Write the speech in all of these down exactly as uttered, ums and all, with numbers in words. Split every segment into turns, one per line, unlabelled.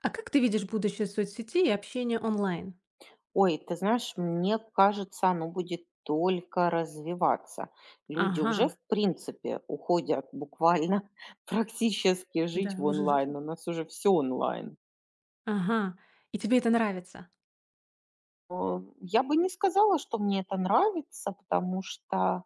А как ты видишь будущее соцсетей и общения онлайн?
Ой, ты знаешь, мне кажется, оно будет только развиваться. Люди
Ага,
уже, в принципе, уходят буквально практически жить
да,
в
вы же рас
онлайн. У нас уже все онлайн.
Ага, и тебе это нравится?
Но я бы не сказала, что мне это нравится, потому что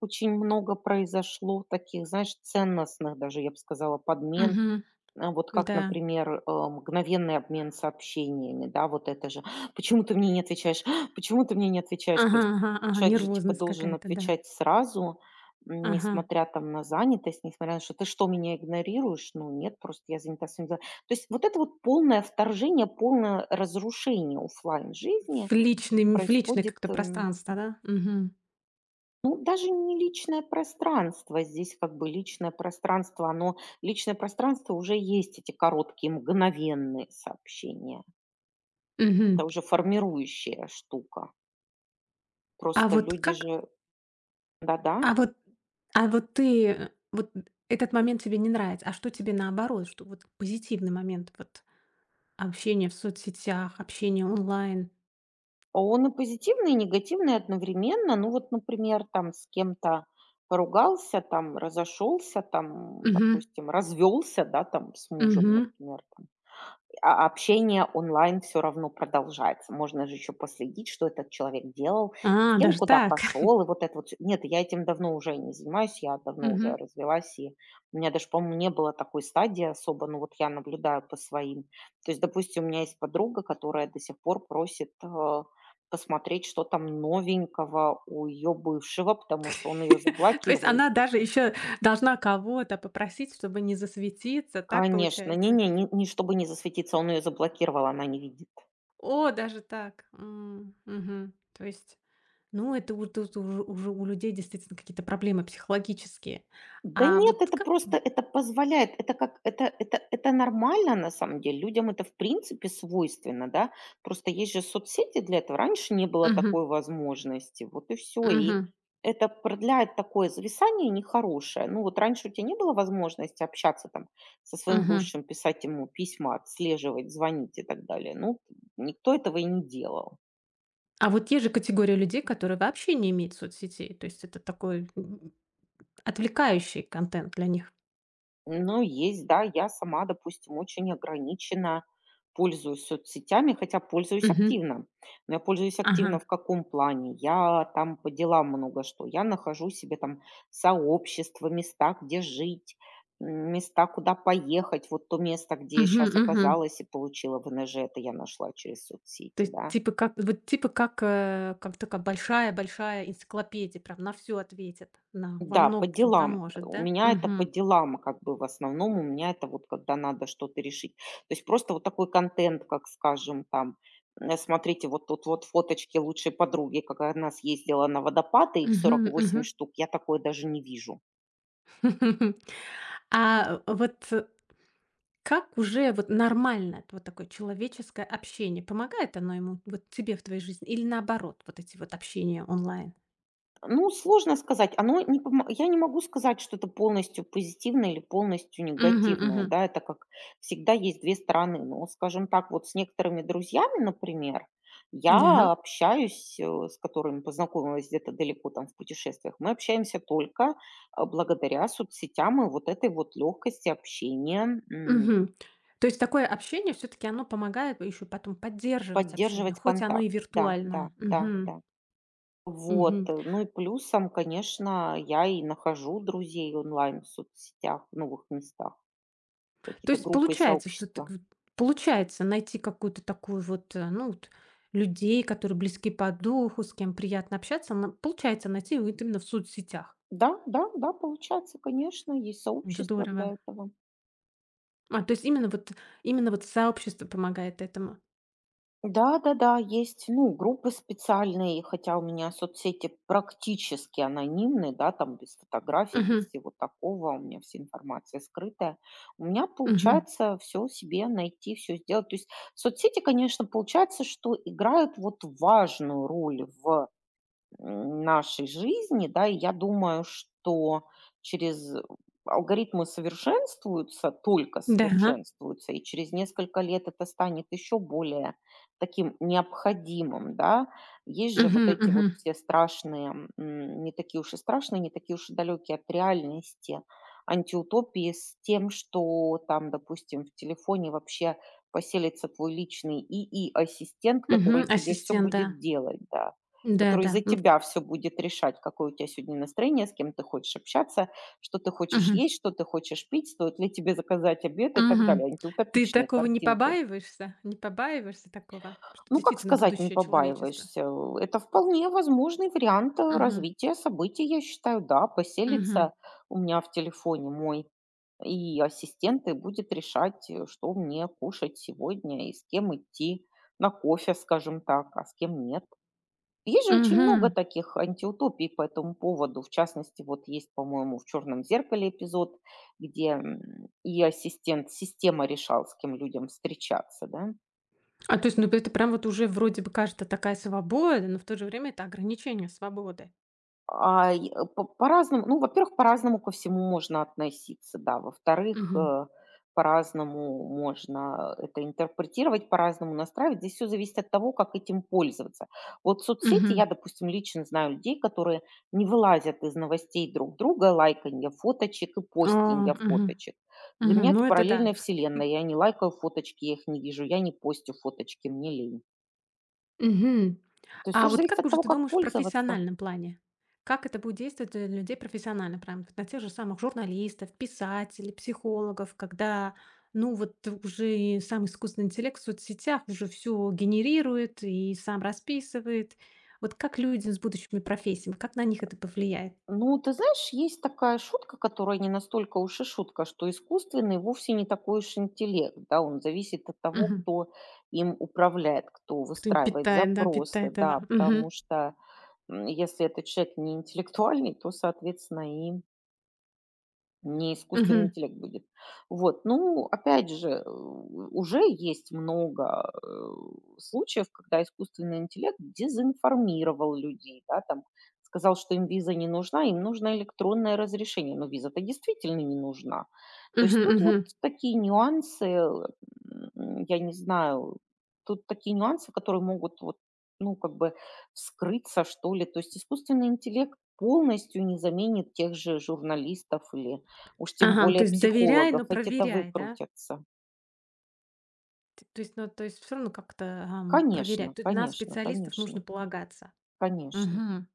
очень много произошло таких, знаешь, ценностных даже, я бы сказала, подмен.
Мгм,
А, вот как,
да.
например, э, мгновенный обмен сообщениями, да, вот это же: "Почему ты мне не отвечаешь? Почему ты мне не отвечаешь?" То
Ага,
есть
ага, ага,
человек же, типа,
нервозность
должен
какая-то, да.
отвечать сразу, м,
Ага.
несмотря там на занятость, несмотря на что: "Ты что, меня игнорируешь?" "Ну нет, просто я занята своими делами". То есть вот это вот полное вторжение, полное разрушение
В
оффлайн-жизни
личный м в личное
происходит,
как-то пространство, да? Мгм,
ну, даже не личное пространство. Здесь как бы личное пространство, оно личное пространство уже есть эти короткие мгновенные сообщения. Это
мгм.
уже формирующая штука.
А
Просто
вот
люди
как
же, да-да.
а вот а вот ты, э, вот этот момент тебе не нравится, а что тебе наоборот, что вот позитивный момент вот общение в соцсетях, общение онлайн?
А он и позитивный, и негативный одновременно. Ну вот, например, там с кем-то поругался, там разошелся, там,
Мгм,
допустим, развелся, да, там с мужем,
мгм.
например, там. А общение онлайн все равно продолжается. Можно же еще последить, что этот человек делал, с
А,
кем
даже
куда
так.
пошел, и вот это вот всё. Нет, я этим давно уже не занимаюсь, я давно уже
Мгм.
развелась, и у меня даже, по-моему, не было такой стадии особо. Ну вот я наблюдаю по своим. То есть, допустим, у меня есть подруга, которая до сих пор просит, э, посмотреть, что там новенького у ее бывшего, потому что он ее
То есть
заблокировал,
она даже
естественно.
еще должна кого-то попросить, чтобы не засветиться, так
Конечно, не
получается?
не не не чтобы не засветиться, он ее заблокировал, она не видит.
О, даже так. М, мгм. То есть, ну, это у- тут уже, уже у людей действительно какие-то проблемы психологические.
Да
А
нет,
вот
это
как...
просто это позволяет, это как это это это нормально на самом деле. Людям это в принципе свойственно, да. Просто есть же соцсети для этого. Раньше не было
Мгм,
такой возможности. Вот и все. И
мгм,
это продляет такое зависание нехорошее. Ну вот раньше у тебя не было возможности общаться там со своим
мгм.
бывшим, писать ему письма, отслеживать, звонить и так далее. Ну, никто этого и не делал.
А вот те же категории людей, которые вообще не имеют соцсетей, то есть это такой м, отвлекающий контент для них.
Ну, есть, да. Я сама, допустим, очень ограниченно пользуюсь соцсетями, хотя пользуюсь
Мгм.
активно. Но я пользуюсь активно
Ага.
в каком плане? Я там по делам много что. Я нахожу себе там сообщества, места, где жить, м, места, куда поехать. Вот то место, где я
Мгм,
сейчас
мгм.
оказалась и получила вэ эн жэ, это я нашла через
То
соцсети,
есть
да.
типа как вот типа как, э, как такая большая-большая энциклопедия, прям на все ответит, на во
Да, по
многом чём
делам.
поможет,
У
да?
меня это по
Мгм.
делам, как бы в основном у меня это вот когда надо что-то решить. То есть просто вот такой контент, как скажем, там, э, смотрите, вот тут вот фоточки лучшей подруги, как она съездила на водопады, их
Мгм,
сорок
мгм.
восемь штук, я такое даже не вижу.
А вот э, как уже вот нормально это вот такое человеческое общение? Помогает оно ему, вот тебе в твоей жизни или наоборот, вот эти вот общения онлайн?
Ну, сложно сказать. Оно не помо Я не могу сказать, что это полностью позитивное или полностью
Мгм,
негативное,
мгм.
да. Это как всегда есть две стороны. Но, скажем так, вот с некоторыми друзьями, например,
Да.
я общаюсь, э, с которыми познакомилась где-то далеко там в путешествиях. Мы общаемся только, а, благодаря соцсетям и вот этой вот легкости общения, м,
Мгм. То есть такое общение все таки оно помогает еще потом поддерживать общение,
поддерживать
хоть оно и
контакт. Да,
виртуальное.
да, да,
Мгм.
да. Вот,
Мгм.
э, ну и плюсом, конечно, я и нахожу друзей онлайн в соцсетях, в новых местах,
То
какие-то
есть
группы и
получается всё-таки
сообщества.
вот, получается найти какую-то такую вот, э, ну вот, людей, которые близки по духу, с кем приятно общаться. На получается найти вот именно в соцсетях.
Да, да, да, получается, конечно, есть сообщество
Здорово.
для этого.
А, то есть именно вот именно вот сообщество помогает этому.
Да-да-да, есть, ну, группы специальные, хотя у меня соцсети практически анонимны, да, там без фотографий, без
Мгм,
всего такого, у меня вся информация скрытая. У меня
мгм.
получается все себе найти, все сделать. То есть соцсети, конечно, получается, что играют вот важную роль в м, нашей жизни, да, и я думаю, что через э, алгоритмы совершенствуются, только
Да.
совершенствуются, и через несколько лет это станет еще более таким необходимым, да. Есть же вот
Мгм,
эти
мгм,
вот все страшные, м, не такие уж и страшные, не такие уж и далекие от реальности антиутопии с тем, что там, допустим, в телефоне вообще поселится твой личный и и ассистент,
мгм.
который тебе все
Ассистент, да.
будет делать, да, который за
Да-да. Ну,
тебя все будет решать, какое у тебя сегодня настроение, с кем ты хочешь общаться, что ты хочешь
мгм,
есть, что ты хочешь пить, стоит ли тебе заказать обед и так далее.
мгм. Ты
Антиутопичные
такого не
картинки.
побаиваешься? Не побаиваешься такого, что
Ну, как
действительно
сказать, не
будущее человечества?
побаиваешься? Э, это вполне возможный вариант, э,
Мгм,
развития событий, я считаю. Да,
мгм.
поселится у меня в телефоне мой и ассистент, и будет решать, э, что мне кушать сегодня и с кем идти на кофе, скажем так, а с кем нет. Есть же очень много таких антиутопий по этому поводу. В частности, вот есть, по-моему, в «Черном зеркале» эпизод, где м, и ассистент, система решал, с кем людям встречаться, да?
А, то есть, ну, это прям вот уже вроде бы кажется такая свобода, но в то же время это ограничение свободы.
А, и, э, по по-разному, ну, во-первых, по-разному ко всему можно относиться, да. Во-вторых,
Мгм.
э, по-разному можно это интерпретировать, по-разному настраивать. Здесь все зависит от того, как этим пользоваться. Вот соцсети, я,
Мгм.
допустим, лично знаю людей, которые не вылазят из новостей друг друга, лайканья фоточек и
А,
постинья
мгм.
фоточек. Для меня
Мгм.
это
Ну, это да.
параллельная вселенная. Я не лайкаю фоточки, я их не вижу, я не постю фоточки, мне лень.
Мгм.
То есть
А
все же
вот
зависит
как
от
уже
того,
ты
как
думаешь в
пользоваться.
профессиональном плане? Как это будет действовать для людей профессионально, прям вот на тех же самых журналистов, писателей, психологов, когда, ну, вот уже и сам искусственный интеллект в соцсетях уже все генерирует и сам расписывает. Вот как люди с будущими профессиями, как на них это повлияет?
Ну, ты знаешь, есть такая шутка, которая не настолько уж и шутка, что искусственный вовсе не такой уж интеллект, да, он зависит от того, кто им управляет, кто
Кто им
выстраивает
питает, да,
запросы,
питает его.
да,
Мгм.
потому что м, если этот человек не интеллектуальный, то, соответственно, и не искусственный
Мгм.
интеллект будет. Вот, ну, опять же, э, уже есть много, э, случаев, когда искусственный интеллект дезинформировал людей, да, там, сказал, что им виза не нужна, им нужно электронное разрешение, но виза-то действительно не нужна. То есть
Мгм.
тут вот
Мгм.
такие нюансы, м, я не знаю, тут такие нюансы, которые могут вот, ну, как бы вскрыться, что ли. То есть искусственный интеллект полностью не заменит тех же журналистов или. Уж тем
Ага, то
более
есть доверяй,
психологов,
но
эти-то
проверяй, да?
выкрутятся.
Т то есть, ну, то есть все, равно как-то, ам, проверять.
Конечно,
Тут на
конечно,
специалистов нужно
конечно,
полагаться.
конечно.
Мгм.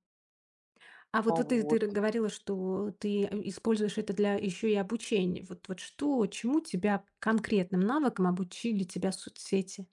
А
А,
вот вот ты ты
вот.
говорила, что ты, э, используешь это для еще и обучения. Вот вот что, чему тебя конкретным навыком обучили тебя соцсети?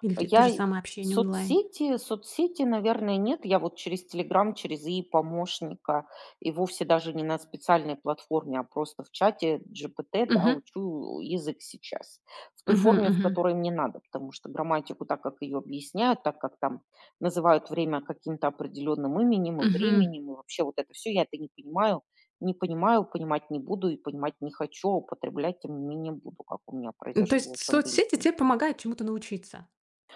Или т то же
Я
самое общение онлайн?
соцсети соцсети, наверное, нет. Я вот через "Телеграм", через "И-помощника" и вовсе даже не на специальной платформе, а просто в чате джи пи ти, да,
Мгм.
учу язык сейчас. В той
Мгм.
форме, в
Мгм.
которой мне надо, потому что грамматику, так как ее объясняют, так как там называют время каким-то определенным именем и
Мгм.
временем, и вообще вот это все я это не понимаю. Не понимаю, понимать не буду и понимать не хочу, а употреблять, тем не менее, буду, как у меня
Ну, то есть
произошло с
соцсети
английским.
тебе помогают чему-то научиться?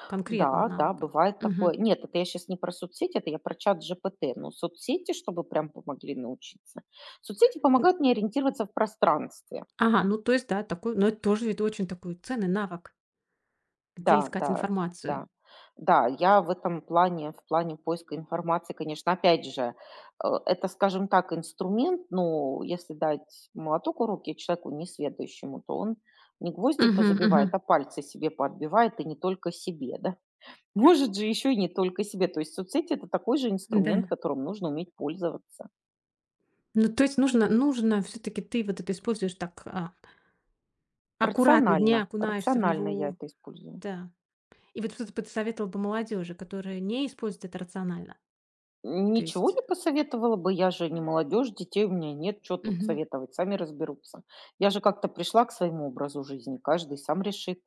Конкретно
Да, да,
навыка.
бывает
Мгм.
такое. Нет, это я сейчас не про соцсети, это я про чат джи пи ти. Но соцсети, чтобы прям помогли научиться. Соцсети
Н
помогают мне ориентироваться в пространстве.
Ага, ну, то есть, да, такой но это тоже ведь очень такой ценный навык, где
Да,
искать
да,
информацию.
да. Да, я в этом плане, в плане поиска информации, конечно, опять же, э, это, скажем так, инструмент, но если дать молоток в руки человеку несведущему, то он не гвозди
Мгм, мгм.
позабивает, а пальцы себе подбивает и не только себе, да. Может же еще и не только себе. То есть соцсети — это такой же инструмент,
Да.
которым нужно уметь пользоваться.
Ну, то есть нужно нужно все таки ты вот это используешь так, а, аккуратно, не
Рационально,
окунаешься в
рационально я
него.
это использую.
Да. И вот что ты посоветовал бы молодежи, которая не использует это рационально? То
Ничего
есть
не посоветовала бы, я же не молодежь, детей у меня нет, что тут
мгм.
советовать, сами разберутся. Я же как-то пришла к своему образу жизни, каждый сам решит.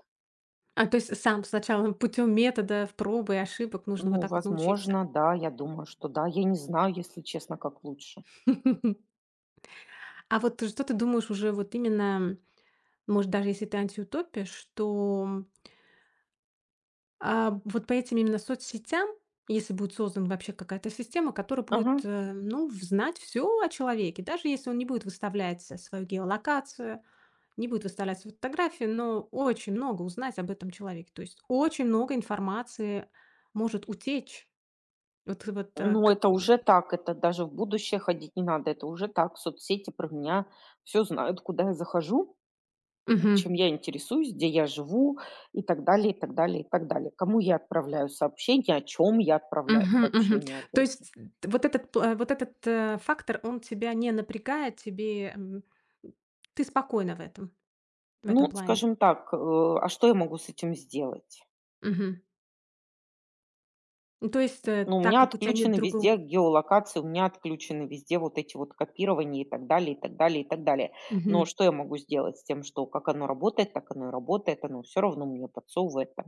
А, то есть сам сначала путем методов, пробы и ошибок нужно вот
Ну,
так вот научиться.
возможно, да, я думаю, что да. Я не знаю, если честно, как лучше.
А вот что ты думаешь уже вот именно. Может, даже если ты антиутопишь, то, а, вот по этим именно соцсетям, если будет создана вообще какая-то система, которая
Ага.
будет, э, ну, в знать всё о человеке, даже если он не будет выставлять, э, свою геолокацию, не будет выставлять свои фотографии, но очень много узнать об этом человеке. То есть очень много информации может утечь. Вот вот, э,
Ну,
как.
это уже так, это даже в будущее ходить не надо, это уже так. Соцсети про меня все знают, куда я захожу,
Мгм.
чем я интересуюсь, где я живу и так далее, и так далее, и так далее. Кому я отправляю сообщения, о чем я отправляю
Мгм, мгм.
сообщения,
То
опять же.
есть вот этот пла вот этот, э, фактор, он тебя не напрягает, тебе, м, ты спокойна в этом в этом
Ну,
плане.
скажем так, э, а что я могу с этим сделать?
Мгм. Ну, то есть, э,
Ну, у
так
меня
как у тебя нет
отключены везде
другого.
геолокации, у меня отключены везде вот эти вот копирования и так далее, и так далее, и так далее.
Мгм,
Но что я могу сделать с тем, что как оно работает, так оно и работает, оно все равно мне подсовывает там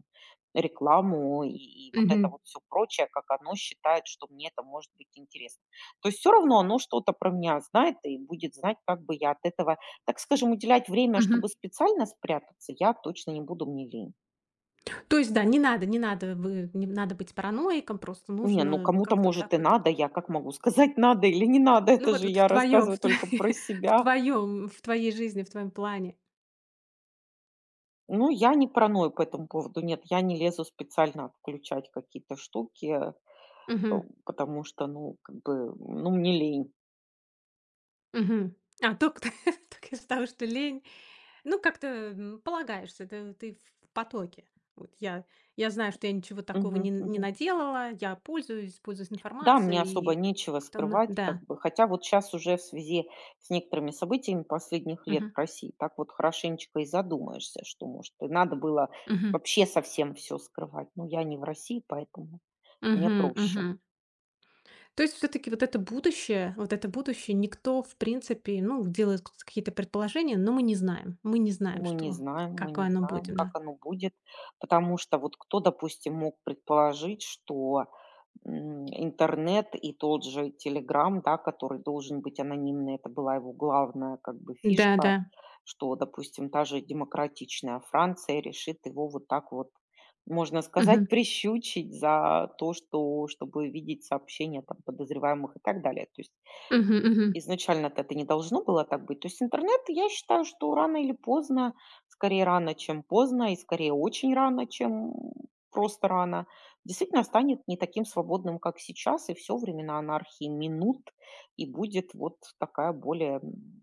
рекламу и, и вот это
мгм,
вот все прочее, как оно считает, что мне это может быть интересно. То есть все равно оно что-то про меня знает и будет знать, как бы я от этого, так скажем, уделять время, а
мгм.
чтобы специально спрятаться, я точно не буду мне лень.
То есть, да, не надо не надо вы не надо быть параноиком, просто
Не, ну
нужно
кому-то,
как-то вот так
может, и
вот,
надо. Я как могу сказать, надо или не надо?
ну,
Это
вот
же
вот в
я
твоем в
рассказываю только
твоей
про
в
себя.
твоём в твоей жизни, в твоем плане.
Ну, я не параною по этому поводу. Нет, я не лезу специально включать какие-то штуки, э,
Мгм,
потому что, ну, как бы, ну, мне лень.
мгм. А, только только из-за того, что лень. Ну, как-то, м, полагаешься, ты ты в потоке. Вот я я знаю, что я ничего такого не
Мгм,
не
мгм.
наделала, я пользуюсь пользуюсь
Да, мне особо
информацией.
нечего
Кто на
скрывать, как
да.
бы. Хотя вот сейчас уже в связи с некоторыми событиями последних лет
Мгм.
в России так вот хорошенечко и задумаешься, что, может, и надо было
Мгм.
вообще совсем все скрывать. Ну я не в России, поэтому мне
Мгм.
проще.
Мгм. То есть все таки вот это будущее вот это будущее никто, в принципе, ну, делает к какие-то предположения, но мы не знаем. Мы не знаем,
Мы не
что
знаем, мы
какое
не
оно
знаем,
будет,
как
да.
оно будет, потому что вот кто, допустим, мог предположить, что, м, интернет и тот же "Телеграм", да, который должен быть анонимный, это была его главная как бы фишка,
Да-да.
что, допустим, та же демократичная Франция решит его вот так вот, можно сказать,
Мгм.
прищучить за то, что чтобы видеть сообщения там подозреваемых и так далее. То есть.
Мгм. Мгм.
Изначально-то это не должно было так быть. То есть интернет, я считаю, что рано или поздно, скорее рано, чем поздно, и скорее очень рано, чем просто рано, действительно станет не таким свободным, как сейчас, и все времена анархии минут, и будет вот такая более м,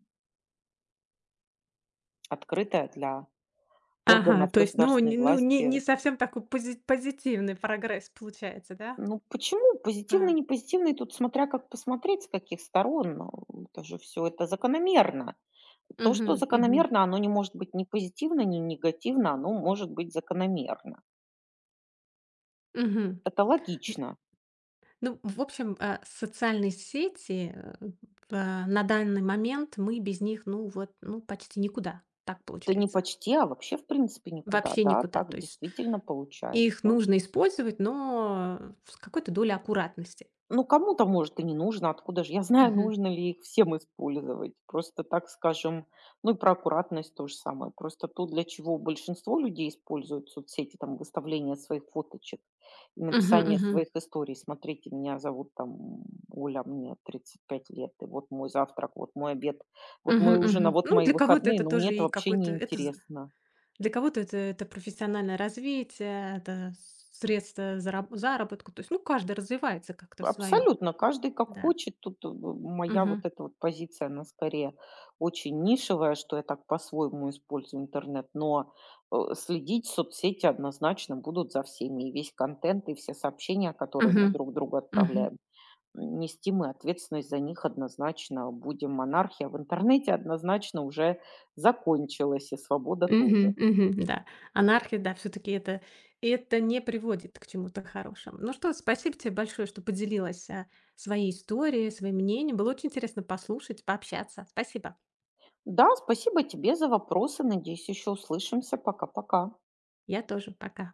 открытая для
Ага,
органов
то есть, ну, не
государственной
ну, не не
власти.
совсем такой пози позитивный прогресс получается, да?
Ну почему? Позитивный, не позитивный, тут смотря как посмотреть, с каких сторон. Ну, это же все это закономерно. То,
Мгм,
что
мгм,
закономерно, оно не может быть ни позитивно, ни негативно, оно может быть закономерно.
мгм.
Это
Н
логично.
Ну, в общем, э, социальные сети, э, э, на данный момент мы без них, ну вот, ну, почти никуда. Так
Это не
получается.
почти, а вообще, в принципе, никуда,
Вообще
да,
никуда. То
так
есть
действительно
их
получается.
нужно использовать, но с какой-то долей аккуратности.
Ну, кому-то, может, и не нужно, откуда же я знаю,
Мгм.
нужно ли их всем использовать. Просто, так скажем, ну и про аккуратность то же самое. Просто то, для чего большинство людей используют соцсети, там, выставление своих фоточек, и
Мгм,
написание
мгм.
своих историй. Смотрите, меня зовут там Оля, мне тридцать пять лет, и вот мой завтрак, вот мой обед, вот
Мгм,
мой ужин, а
мгм.
вот
Ну,
мои
для кого-то
выходные.
это
Но мне
тоже
это
и
вообще не
какой-то это з
интересно.
для кого-то это это профессиональное развитие, это средство зараб заработку. То есть, ну, каждый развивается как-то в своем.
Абсолютно, каждый как
Да.
хочет. Тут, э, моя вот
Мгм.
эта вот позиция, она скорее очень нишевая, что я так по-своему использую интернет, но, э, следить соцсети однозначно будут за всеми. И весь контент, и все сообщения, которые мы
Мгм.
друг другу
Мгм.
отправляем. Нести мы ответственность за них однозначно будем. Монархия в интернете однозначно уже закончилась, и свобода тоже.
Мгм. Мгм. Да, анархия, да, все таки это это не приводит к чему-то хорошему. Ну что, спасибо тебе большое, что поделилась, а, своей историей, своим мнением. Было очень интересно послушать, пообщаться. Спасибо.
Да, спасибо тебе за вопросы. Надеюсь, еще услышимся. Пока-пока.
Я тоже. Пока.